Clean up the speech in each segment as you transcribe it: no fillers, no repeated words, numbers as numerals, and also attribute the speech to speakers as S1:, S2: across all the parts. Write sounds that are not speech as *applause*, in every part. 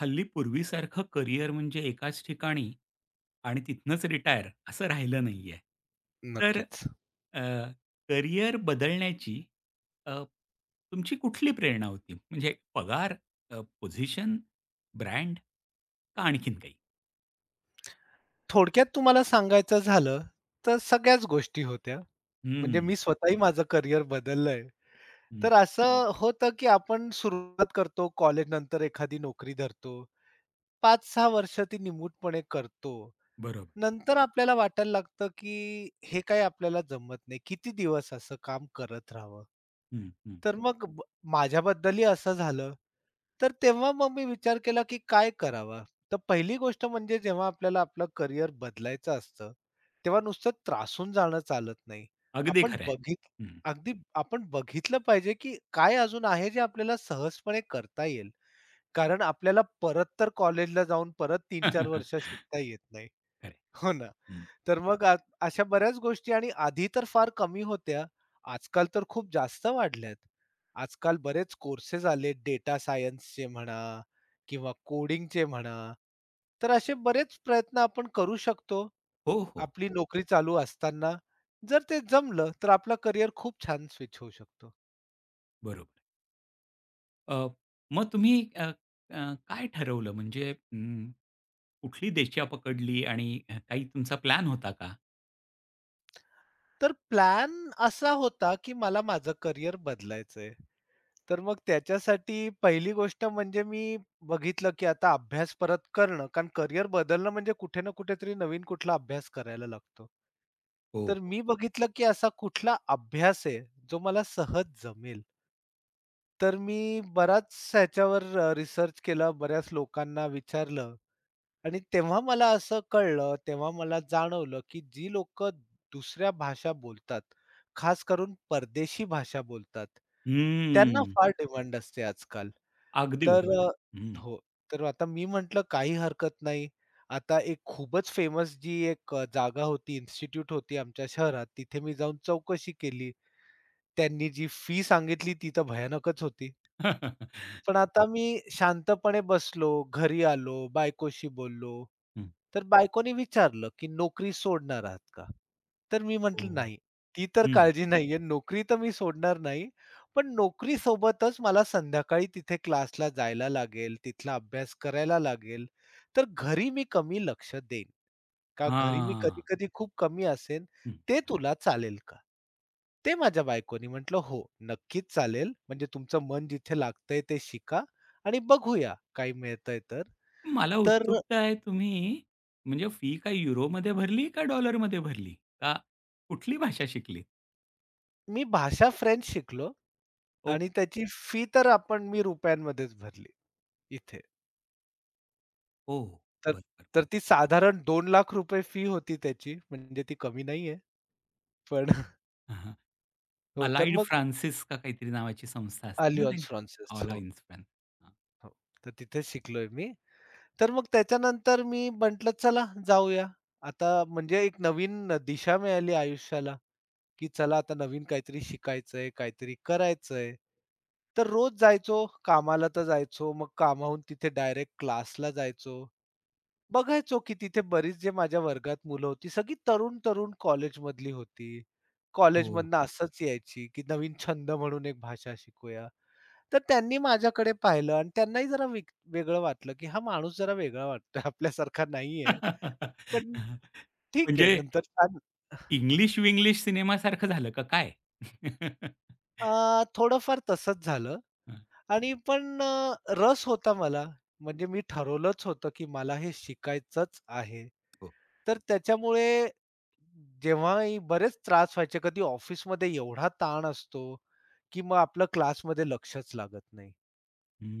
S1: हल्ली पूर्वीसारखं करिअर म्हणजे एकाच ठिकाणी आणि तिथनंच रिटायर असं राहिलं नाही आहे. तर
S2: नक्कीच.
S1: अ, करिअर बदलण्याची अ, तुमची कुठली प्रेरणा होती? म्हणजे पगार, पोझिशन, ब्रँड का आणखीन काही?
S2: थोडक्यात तुम्हाला सांगायचं झालं, तर सगळ्याच गोष्टी होत्या. म्हणजे
S1: हं,
S2: मी स्वतःही माझं करियर बदललंय.
S1: हं.
S2: तर हं. असं होतं, की आपण सुरुवात करतो, कॉलेज नंतर एखादी नोकरी धरतो. पाच 6 वर्ष ती निमूटपणे करतो.
S1: बरोबर.
S2: नंतर आपल्याला वाटायला लागतं, की हे काही आपल्याला जमत नाही. किती दिवस असं काम करत राहावं?
S1: हं, हं.
S2: तर मग माझ्याबद्दलही असं झालं. तर तेव्हा मग मी विचार केला, की काय करावा? तर पहिली गोष्ट म्हणजे जेव्हा आपल्याला आपलं करियर बदलायचं असतं, तेव्हा नुसतं त्रासून जाणं चालत नाही.
S1: अगदी
S2: आपण
S1: खरं आहे.
S2: बघित
S1: हं.
S2: अगदी आपण बघितलं पाहिजे, की काय अजून आहे जे आपल्याला सहजपणे करता येईल. कारण आपल्याला परत तर कॉलेजला जाऊन परत 3-4 वर्ष
S1: *laughs*
S2: शिकता येत नाही.
S1: खरं आहे.
S2: हो ना.
S1: हं. *laughs*
S2: तर मग अशा बऱ्याच गोष्टी आणि आधी तर फार कमी होत्या. आजकाल तर खूप जास्त वाढल्यात. आजकाल बरेच कोर्सेस आले डेटा सायन्सचे म्हणा किंवा कोडिंगचे म्हणा. तर असे बरेच प्रयत्न आपण करू शकतो,
S1: हो, हो.
S2: आपली नोकरी चालू असताना. जर ते जमलं तर आपलं करिअर खूप छान स्विच होऊ शकतो.
S1: बरोबर. अ, मग तुम्ही अ, अ, काय ठरवलं म्हणजे कुठली देशी पकडली आणि काही तुमचा प्लॅन होता का?
S2: तर प्लॅन असा होता, की मला माझं करिअर बदलायचंय. तर मग त्याच्यासाठी पहिली गोष्ट म्हणजे मी बघितलं, की आता अभ्यास परत करणं, कारण करियर बदलणं म्हणजे कुठे ना कुठेतरी नवीन कुठला अभ्यास करायला लागतो.
S1: हो,
S2: तर
S1: हो.
S2: मी बघितलं, की असा कुठला अभ्यास आहे, जो मला सहज जमेल. तर मी बराच ह्याच्यावर रिसर्च केला, बऱ्याच लोकांना विचारलं आणि तेव्हा मला असं कळलं, तेव्हा मला जाणवलं, की जी लोकं दुसऱ्या भाषा बोलतात, खास करून परदेशी भाषा बोलतात, त्यांना
S1: हम्म.
S2: फार डिमांड असते आजकाल.
S1: अगदी
S2: तर
S1: बरोबर आहे. हं.
S2: हो. तर आता मी म्हटलं काही हरकत नाही. आता एक खूपच फेमस जी एक जागा होती, इन्स्टिट्यूट होती आमच्या शहरात, तिथे मी जाऊन चौकशी केली. त्यांनी जी फी सांगितली ती तर भयानकच होती.
S1: *laughs*
S2: पण आता मी शांतपणे बसलो, घरी आलो, बायकोशी बोललो.
S1: हं.
S2: तर बायकोने विचारलं, "की नोकरी सोडणार आहात का?" तर मी म्हटलं,
S1: हो.
S2: "नाही, ती तर
S1: हं.
S2: काळजी नाहीये. नोकरी तर मी सोडणार नाही. पण नोकरीसोबतच मला संध्याकाळी तिथे क्लासला जायला लागेल, तिथला अभ्यास करायला लागेल. तर घरी मी कमी लक्ष देईन." का घरी मी
S1: हां.
S2: कधी-कधी खूप कमी असेन,
S1: हं.
S2: ते तुला चालेल का? ते माझ्या बायकोनी म्हटलं, "हो, नक्कीच चालेल. म्हणजे तुमचं मन जिथे लागतंय ते शिका आणि बघूया काही मिळतंय तर."
S1: मला
S2: तर
S1: उत्सुकता आहे तुम्ही म्हणजे फी काय युरोमध्ये भरली का डॉलरमध्ये भरली? का कुठली भाषा शिकली,
S2: मी भाषा फ्रेंच शिकलो
S1: ओ
S2: आणि त्याची फी तर आपण मी रुपयांमध्येच भरली इथे.
S1: हो.
S2: तर
S1: बरं, बरं, बरं.
S2: तर ती साधारण ₹2,00,000 फी होती त्याची, म्हणजे ती कमी नाहीये. पण *laughs*
S1: हां, हां.
S2: हो, तर
S1: अलाइड
S2: मग
S1: फ्रान्सिस का काहीतरी नावाची संस्था असते ना, ते
S2: अलियन्स फ्रान्सेस. हो,
S1: अलायन्स फ्रान्स. हां.
S2: हो. तर तिथे शिकलोय मी. तर मग त्याच्यानंतर मी म्हटलं चला जाऊया. आता म्हणजे एक नवीन दिशा मिळाली आयुष्याला, की चला आता नवीन काहीतरी शिकायचंय, काहीतरी करायचंय. तर रोज जायचो, कामाला तर जायचो, मग कामाहून तिथे डायरेक्ट क्लासला जायचो. बघायचो की तिथे बरीच जे माझ्या वर्गात मुलं होती, सगळी तरुण-तरुण कॉलेजमधली होती.
S1: हो.
S2: कॉलेजमधनं असंच यायची, की नवीन छंद म्हणून एक भाषा शिकूया. तर त्यांनी माझ्याकडे पाहिलं आणि त्यांनाही जरा वेगळं वाटलं, की हा माणूस जरा वेगळा वाटतोय, *laughs* आपल्यासारखा नाहीये.
S1: *laughs*
S2: पण ठीक आहे
S1: म्हणजे
S2: नंतर छान
S1: इंग्लिश-विंग्लिश सिनेमासारखं झालं का काय? *laughs*
S2: अ, थोडंफार तसंच झालं
S1: हां.
S2: आणि पण रस होता मला. म्हणजे मी ठरवलंच होतं, की मला हे शिकायचंच आहे.
S1: हो.
S2: तर त्याच्यामुळे जेव्हाही बरेच त्रास व्हायचे, कधी ऑफिसमध्ये एवढा ताण असतो, की मग आपलं क्लासमध्ये लक्षच लागत नाही.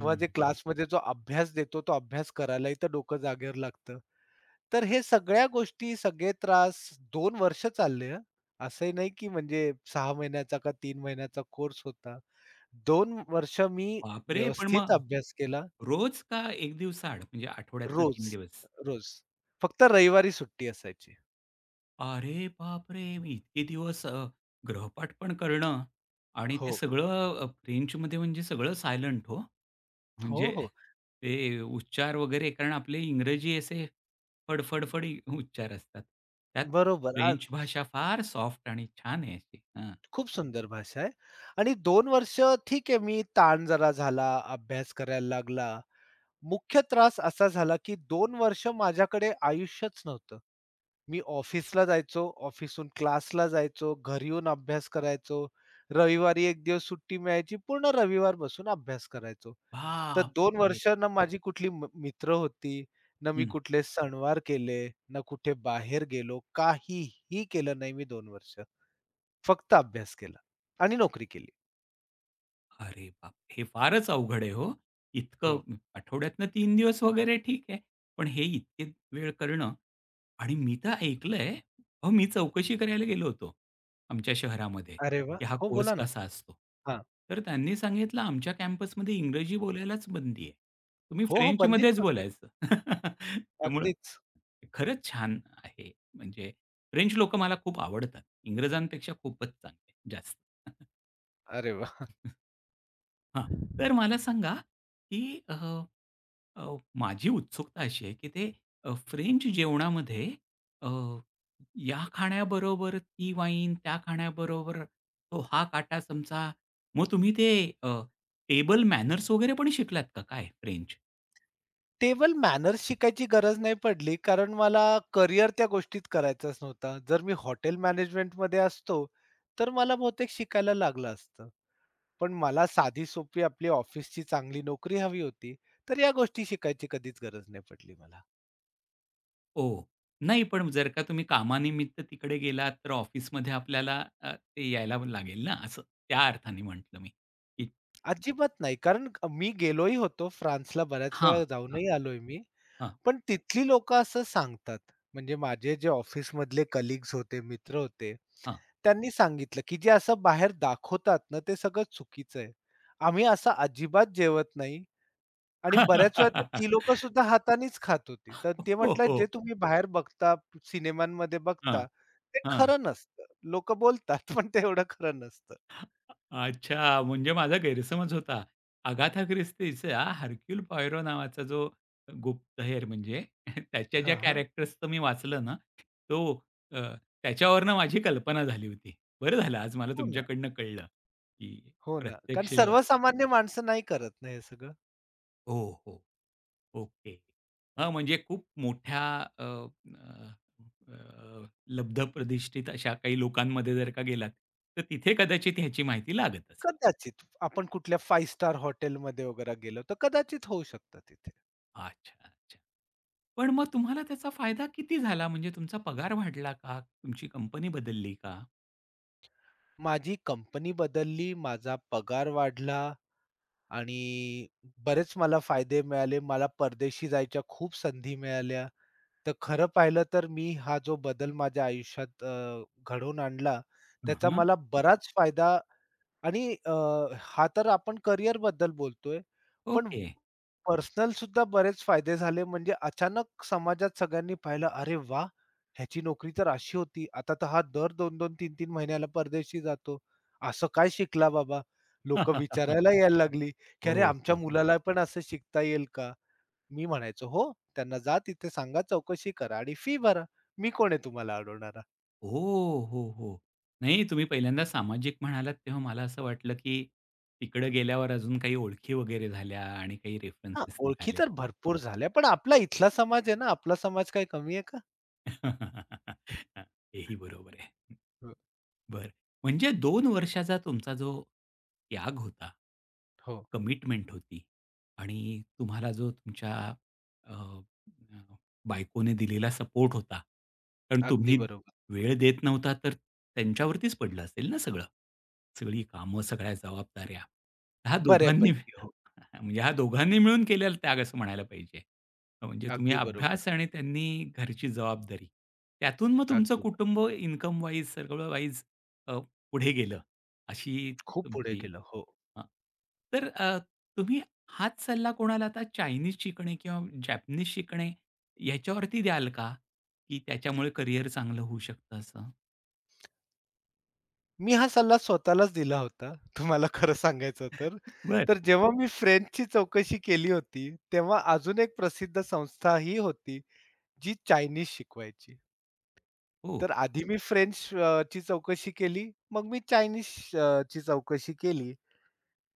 S2: तेव्हा जे क्लासमध्ये जो अभ्यास देतो, तो अभ्यास करायलाही तर डोकं जागेवर लागतं. तर हे सगळ्या गोष्टी, सगळे त्रास 2 वर्ष चालले हं. असंही नाही की म्हणजे 6 महिन्याचा का 3 महिन्याचा कोर्स होता. 2 वर्ष मी
S1: बापरे! पण
S2: व्यवस्थित
S1: मग
S2: अभ्यास केला.
S1: रोज का 1 दिवसाआड म्हणजे आठवड्यातनं
S2: रोज,
S1: 3 दिवस?
S2: रोज. फक्त रविवारी सुट्टी असायची.
S1: अरे बापरे! मी इतके दिवस गृहपाठ पण करणं आणि ते
S2: हो.
S1: सगळं फ्रेंचमध्ये म्हणजे सगळं सायलेंट हो.
S2: हो,
S1: म्हणजे
S2: हो.
S1: ते उच्चार वगैरे कारण आपले इंग्रजी असे फड फड उच्चार असतात. त्यात
S2: बरोबर.
S1: फ्रेंच भाषा फार सॉफ्ट आणि छान आहे अशी. हां.
S2: खूप सुंदर भाषा आहे आणि 2 वर्ष ठीक आहे मी ताण जरा झाला, अभ्यास करायला लागला. मुख्य त्रास असा झाला की 2 वर्ष माझ्याकडे आयुष्यच नव्हतं. मी ऑफिसला जायचो, ऑफिसहून क्लासला जायचो, घरी येऊन अभ्यास करायचो. रविवारी 1 दिवस सुट्टी मिळायची, पूर्ण रविवार बसून अभ्यास करायचो. तर 2
S1: बापरे!
S2: वर्ष ना माझी कुठली मित्र होती, ना मी कुठले सणवार केले, ना कुठे बाहेर गेलो. काहीही केलं नाही मी 2 वर्ष. फक्त अभ्यास केला आणि नोकरी केली.
S1: अरे बाप! हे फारच अवघड आहे हो. इतकं
S2: हो.
S1: आठवड्यातनं 3 दिवस वगैरे ठीक आहे. पण हे इतके वेळ करणं आणि मी तर ऐकलंय अहो, मी चौकशी करायला गेलो होतो आमच्या शहरामध्ये,
S2: अरे वाह!
S1: की हा
S2: हो,
S1: कोर्स
S2: बोला ना.
S1: कसा असतो.
S2: हां.
S1: तर त्यांनी सांगितलं, "आमच्या कॅम्पसमध्ये इंग्रजी बोलायलाच बंदी आहे. तुम्ही
S2: हो, हो, बंदीच
S1: फ्रेंचमध्येच
S2: होती.
S1: बोलायचं." *laughs* त्यामुळं
S2: अगदीच.
S1: खरंच छान आहे. म्हणजे फ्रेंच लोकं मला खूप आवडतात. इंग्रजांपेक्षा खूपच चांगले, जास्त.
S2: अरे वाह!
S1: हां. तर मला सांगा, की अ, अ, माझी उत्सुकता अशी आहे, की ते फ्रेंच जेवणामध्ये अ, या खाण्याबरोबर ती वाईन, त्या खाण्याबरोबर तो हा काटा चमचा. मग तुम्ही ते अ, टेबल मॅनर्स वगैरे पण शिकलात का काय फ्रेंच?
S2: टेबल मॅनर्स शिकायची गरज नाही पडली, कारण मला करियर त्या गोष्टीत करायचाच नव्हता. जर मी हॉटेल मॅनेजमेंटमध्ये असतो, तर मला बहुतेक शिकायला लागलं असतं. पण मला साधी-सोपी आपली ऑफिसची चांगली नोकरी हवी होती, तर या गोष्टी शिकायची कधीच गरज नाही पडली मला.
S1: ओ नाही, पण जर का तुम्ही कामानिमित्त तिकडे गेलात, तर ऑफिसमध्ये आपल्याला ते यायला लागेल ना असं. त्या अर्थाने म्हटलं मी, की
S2: अजिबात नाही, कारण मी गेलोही होतो फ्रान्सला बऱ्याच
S1: हां,
S2: वेळा
S1: हां,
S2: जाऊनही आलोय मी.
S1: हां,
S2: पण तिथली लोकं असं सांगतात. म्हणजे माझे जे ऑफिसमधले कलीग्स होते, मित्र होते,
S1: हां.
S2: त्यांनी सांगितलं, की जे असं बाहेर दाखवतात ना, ते सगळं चुकीचं आहे. आम्ही असं अजिबात जेवत नाही आणि बऱ्याच वेळा तर ती
S1: *laughs*
S2: लोकं सुद्धा हातानेच खात होती. तर ते
S1: हो,
S2: म्हटलं, "जे
S1: हो.
S2: तुम्ही बाहेर बघता, सिनेमांमध्ये
S1: हां,
S2: बघता, ते
S1: हां.
S2: खरं नसतं. लोकं बोलतात, पण ते एवढं खरं नसतं."
S1: अच्छा, म्हणजे माझा गैरसमज होता. अगाथा ख्रिस्तीचा हरक्यूल पॉयरो नावाचा जो गुप्तहेर म्हणजे त्याच्या ज्या
S2: हां, हां.
S1: कॅरेक्टर्सचं मी वाचलं ना, तो अ, त्याच्यावरनं माझी कल्पना झाली होती. बरं झालं आज मला
S2: हो ना,
S1: तुमच्याकडनं कळलं, की
S2: हो ना. कारण
S1: प्रत्यक्ष
S2: सर्वसामान्य माणसं नाही करत ना हे सगळं.
S1: हो, हो. ओके. हां, म्हणजे खूप मोठ्या अ, अ, अ, लब्धप्रतिष्ठित अशा काही लोकांमध्ये जर का गेलात, तर तिथे कदाचित ह्याची माहिती लागत असेल.
S2: कदाचित आपण कुठल्या फाइव्ह स्टार हॉटेलमध्ये वगैरे गेलो, तर कदाचित होऊ शकतं तिथे.
S1: अच्छा, अच्छा. पण मग तुम्हाला त्याचा फायदा किती झाला? म्हणजे तुमचा पगार वाढला का? तुमची कंपनी बदलली का?
S2: माझी कंपनी बदलली, माझा पगार वाढला आणि बरेच मला फायदे मिळाले. मला परदेशी जायच्या खूप संधी मिळाल्या. तर खरं पाहिलं तर मी हा जो बदल माझ्या आयुष्यात घडवून आणला, त्याचा
S1: हं,
S2: मला बराच फायदा आणि हा तर आपण करिअरबद्दल बोलतोय. पण
S1: ओके.
S2: पर्सनल सुद्धा बरेच फायदे झाले. म्हणजे अचानक समाजात सगळ्यांनी पाहिलं, "अरे वा, ह्याची नोकरी तर अशी होती. आता तर हा दर 2-2, तीन 3 महिन्याला परदेशी जातो. असं काय शिकला बाबा?" लोकं
S1: *laughs*
S2: विचारायला यायला लागली, की
S1: हो,
S2: "अरे आमच्या
S1: हो.
S2: मुलाला पण असं शिकता येईल का?" मी म्हणायचो, "हो, त्यांना जा तिथे सांगा, चौकशी करा आणि फी भरा. मी कोण आहे तुम्हाला अडवणारा?"
S1: हो, हो, हो. नाही तुम्ही पहिल्यांदा सामाजिक म्हणालात तेव्हा मला असं वाटलं, की तिकडे गेल्यावर अजून काही ओळखी वगैरे झाल्या आणि काही
S2: हां,
S1: रेफरन्स
S2: ओळखी
S1: निघाले.
S2: तर भरपूर झाल्या. पण आपला इथला समाज आहे ना, आपला समाज काही कमी आहे का?
S1: *laughs* हां, हेही बरोबर आहे.
S2: हं,
S1: बरं. म्हणजे दोन वर्षाचा तुमचा जो त्याग होता,
S2: हो.
S1: कमिटमेंट होती आणि तुम्हाला जो तुमच्या अ, अ, बायकोने दिलेला सपोर्ट होता. कारण
S2: अगदी
S1: तुम्ही
S2: बरोबर.
S1: वेळ देत नव्हता, तर त्यांच्यावरतीच पडलं असेल ना सगळं? सगळी कामं, सगळ्या जबाबदाऱ्या. ह्या दोघांनी
S2: बऱ्यापैकी
S1: *laughs*
S2: हो.
S1: म्हणजे ह्या दोघांनी मिळून केलेला त्याग असं म्हणायला पाहिजे. म्हणजे तुम्ही
S2: अगदी बरोबर.
S1: अभ्यास आणि त्यांनी घरची जबाबदारी. त्यातून मग तुमचं
S2: अगदी बरोबर.
S1: कुटुंब इन्कम वाईज, सगळं वाईज अ, पुढे गेलं, अशी
S2: खूप पुढे
S1: तुमची
S2: केलं. हो.
S1: हां. तर तुम्ही हाच सल्ला कोणाला आता चायनीज शिकणे किंवा जॅपनीज शिकणे याच्यावरती द्याल का? की त्याच्यामुळे करियर चांगलं होऊ शकतं असं?
S2: मी हा सल्ला स्वतःलाच दिला होता, तुम्हाला खरं सांगायचं तर.
S1: बर
S2: तर जेव्हा मी फ्रेंचची चौकशी केली होती, तेव्हा अजून एक प्रसिद्ध संस्था ही होती, जी चायनीज शिकवायची.
S1: हो,
S2: तर आधी मी फ्रेंच ची चौकशी केली, मग मी चायनीज ची चौकशी केली.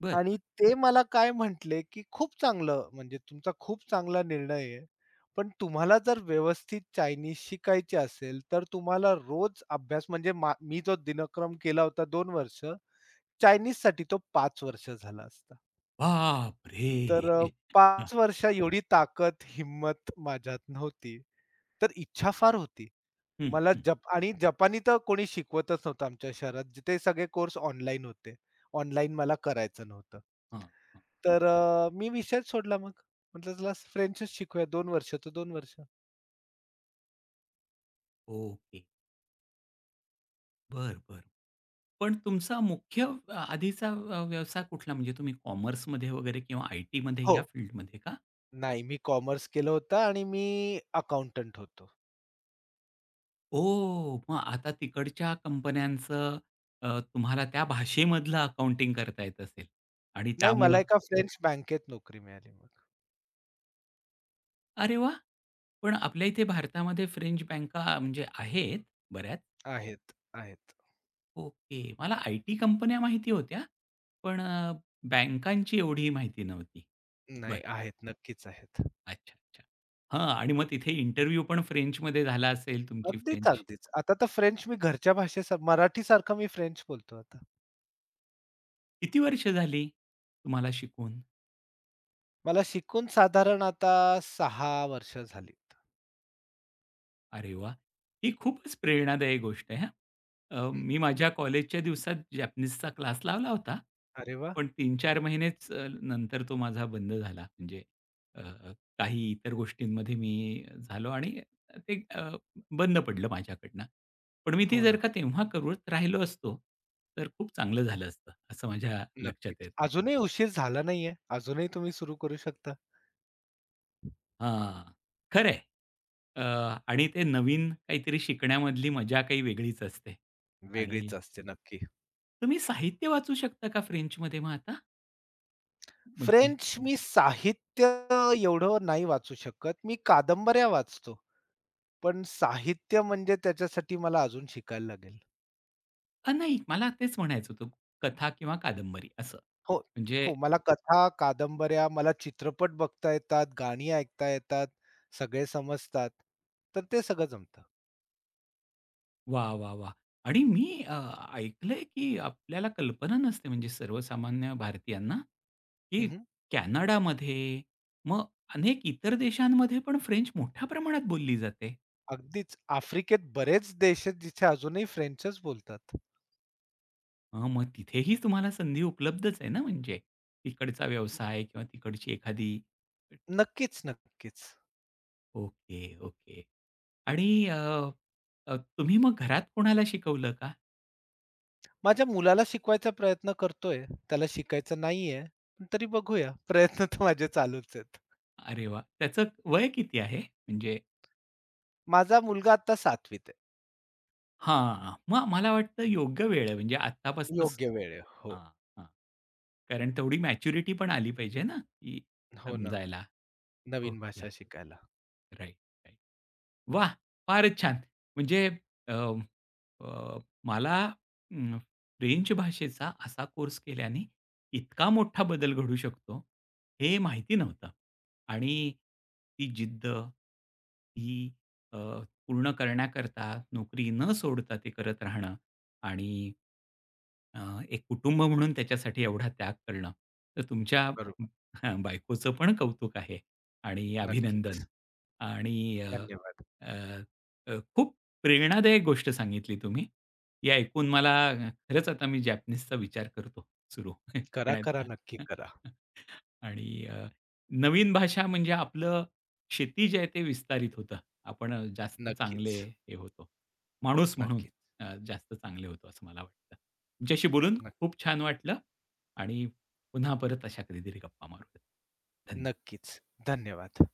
S1: बरं.
S2: आणि ते मला काय म्हटले, की "खूप चांगलं, म्हणजे तुमचा खूप चांगला निर्णय आहे. पण तुम्हाला जर व्यवस्थित चायनीज शिकायची असेल, तर तुम्हाला रोज अभ्यास" म्हणजे मी जो दिनक्रम केला होता 2 वर्ष, चायनीजसाठी तो 5 वर्ष झाला असता.
S1: बापरे!
S2: तर
S1: *laughs* हां,
S2: 5 वर्ष एवढी ताकद, हिंमत माझ्यात नव्हती. तर इच्छा फार होती.
S1: हं,
S2: मला
S1: हं.
S2: जप आणि जपानी तर कोणी शिकवतच नव्हतं आमच्या शहरात. ते सगळे कोर्स ऑनलाईन होते. ऑनलाईन मला करायचं नव्हतं.
S1: हां, हां.
S2: तर मी विषयच सोडला मग. म्हटलं तुला फ्रेंचच शिकूया 2 वर्ष तो 2 वर्ष.
S1: ओके. बरं, बरं. पण तुमचा मुख्य आधीचा व्यवसाय कुठला? म्हणजे तुम्ही कॉमर्समध्ये वगैरे किंवा आय-टीमध्ये
S2: हो.
S1: या फील्डमध्ये का?
S2: नाही मी कॉमर्स केलं होतं आणि मी अकाउंटंट होतो.
S1: ओ, मग आता तिकडच्या कंपन्यांचं तुम्हाला त्या भाषेमधलं अकाउंटिंग करता येत असेल आणि
S2: नाही
S1: त्यामुळं
S2: मला एका फ्रेंच बँकेत नोकरी मिळाली मग.
S1: अरे वा, पण आपल्या इथे भारतामध्ये फ्रेंच बँका म्हणजे आहेत बऱ्याच.
S2: आहेत, आहेत.
S1: ओके. मला आयटी कंपन्या माहिती होत्या, पण बँकांची एवढी माहिती नव्हती. बरं,
S2: नाही
S1: बरं.
S2: आहेत, नक्कीच आहेत.
S1: अच्छा, अच्छा. हां आणि मग तिथे इंटरव्ह्यू पण फ्रेंचमध्ये झाला असेल तुमची
S2: अगदीच,
S1: फ्रेंच.
S2: अगदीच. आता तर फ्रेंच मी घरच्या मराठीसारखं मी फ्रेंच बोलतो आता.
S1: किती वर्ष झाली तुम्हाला शिकून?
S2: मला शिकून साधारण आता 6 वर्ष झालीत.
S1: अरे वाह! ही खूपच प्रेरणादायी गोष्ट आहे हां.
S2: हं.
S1: मी माझ्या कॉलेजच्या दिवसात जॅपनीजचा क्लास लावला होता.
S2: अरे वाह!
S1: पण तीन-चार महिनेच नंतर तो माझा बंद झाला. म्हणजे अ, काही इतर गोष्टींमध्ये मी झालो आणि ते बंद पडलं माझ्याकडनं. पण मी ते
S2: हो
S1: जर
S2: ना.
S1: का तेव्हा करत राहिलो असतो, तर खूप चांगलं झालं असतं, असं माझ्या लक्षात
S2: नक्कीच.
S1: येतंय.
S2: अजूनही उशीर झाला नाहीये. अजूनही तुम्ही सुरू करू शकता.
S1: हां, खरं अ, आणि ते नवीन काहीतरी शिकण्यामधली मजा काही वेगळीच असते आणि
S2: वेगळीच असते नक्की.
S1: तुम्ही साहित्य वाचू शकता का फ्रेंचमध्ये मग आता? म्हणजे
S2: फ्रेंच मी साहित्य एवढं नाही वाचू शकत. मी कादंबऱ्या वाचतो. पण साहित्य म्हणजे त्याच्यासाठी मला अजून शिकायला लागेल.
S1: नाही मला तेच म्हणायचं होतं कथा किंवा कादंबरी असं.
S2: हो,
S1: म्हणजे
S2: हो. मला कथा, कादंबऱ्या, मला चित्रपट बघता येतात, गाणी ऐकता येतात, सगळे समजतात. तर ते सगळं जमतं.
S1: वाह! वाह! वाह! आणि मी ऐकलंय की आपल्याला कल्पना नसते म्हणजे सर्वसामान्य भारतीयांना, की
S2: हं,
S1: कॅनडामध्ये मग अनेक इतर देशांमध्ये पण फ्रेंच मोठ्या प्रमाणात बोलली जाते.
S2: अगदीच आफ्रिकेत बरेच देश आहेत जिथे अजूनही फ्रेंचच बोलतात.
S1: मग तिथेही तुम्हाला संधी उपलब्धच आहे ना म्हणजे तिकडचा व्यवसाय किंवा तिकडची एखादी
S2: नक्कीच, नक्कीच.
S1: Okay, okay. आणि अ, अ, तुम्ही मग घरात कोणाला शिकवलं का?
S2: माझ्या मुलाला शिकवायचा प्रयत्न करतोय. त्याला शिकायचं नाहीये. पण तरी बघूया. प्रयत्न तर माझे चालूच आहेत.
S1: अरे वाह! त्याचं वय किती आहे? म्हणजे
S2: माझा मुलगा आता 7वीत आहे.
S1: हां, मग मला वाटतं योग्य वेळ आहे म्हणजे आत्तापासूनच
S2: योग्य वेळ आहे. हो,
S1: हां, हां. कारण तेवढी मॅच्युरिटी पण आली पाहिजे ना, की
S2: हो ना.
S1: समजायला.
S2: नवीन
S1: ओके.
S2: भाषा शिकायला.
S1: Right, right. वाह! फारच छान. म्हणजे अ, अ, मला अं, फ्रेंच भाषेचा असा कोर्स केल्याने इतका मोठा बदल घडू शकतो, हे माहिती नव्हतं. आणि ती जिद्द, ही अ, पूर्ण करण्याकरता नोकरी न सोडता ते करत राहणं आणि अ, एक कुटुंब म्हणून त्याच्यासाठी एवढा त्याग करणं. तर तुमच्या
S2: बरोबर.
S1: बायकोचं पण कौतुक आहे आणि अभिनंदन.
S2: नक्कीच.
S1: आणि अ,
S2: धन्यवाद.
S1: अ, अ, खूप प्रेरणादायक गोष्ट सांगितली तुम्ही. ही ऐकून मला खरंच आता मी जॅपनीजचा विचार करतो सुरू *laughs*
S2: करा, करा.
S1: शिकण्याचा.
S2: नक्की करा.
S1: आणि नवीन भाषा म्हणजे आपलं शेती जे आहे ते विस्तारित होतं. आपण जास्त चांगले
S2: नक्कीच.
S1: हे होतो. माणूस म्हणून
S2: नक्की.
S1: जास्त चांगले होतो असं मला वाटतं. तुमच्याशी बोलून
S2: नक्की.
S1: खूप छान वाटलं आणि पुन्हा परत अशा कधीतरी गप्पा मारूयात. धन्यवाद.
S2: नक्कीच. धन्यवाद.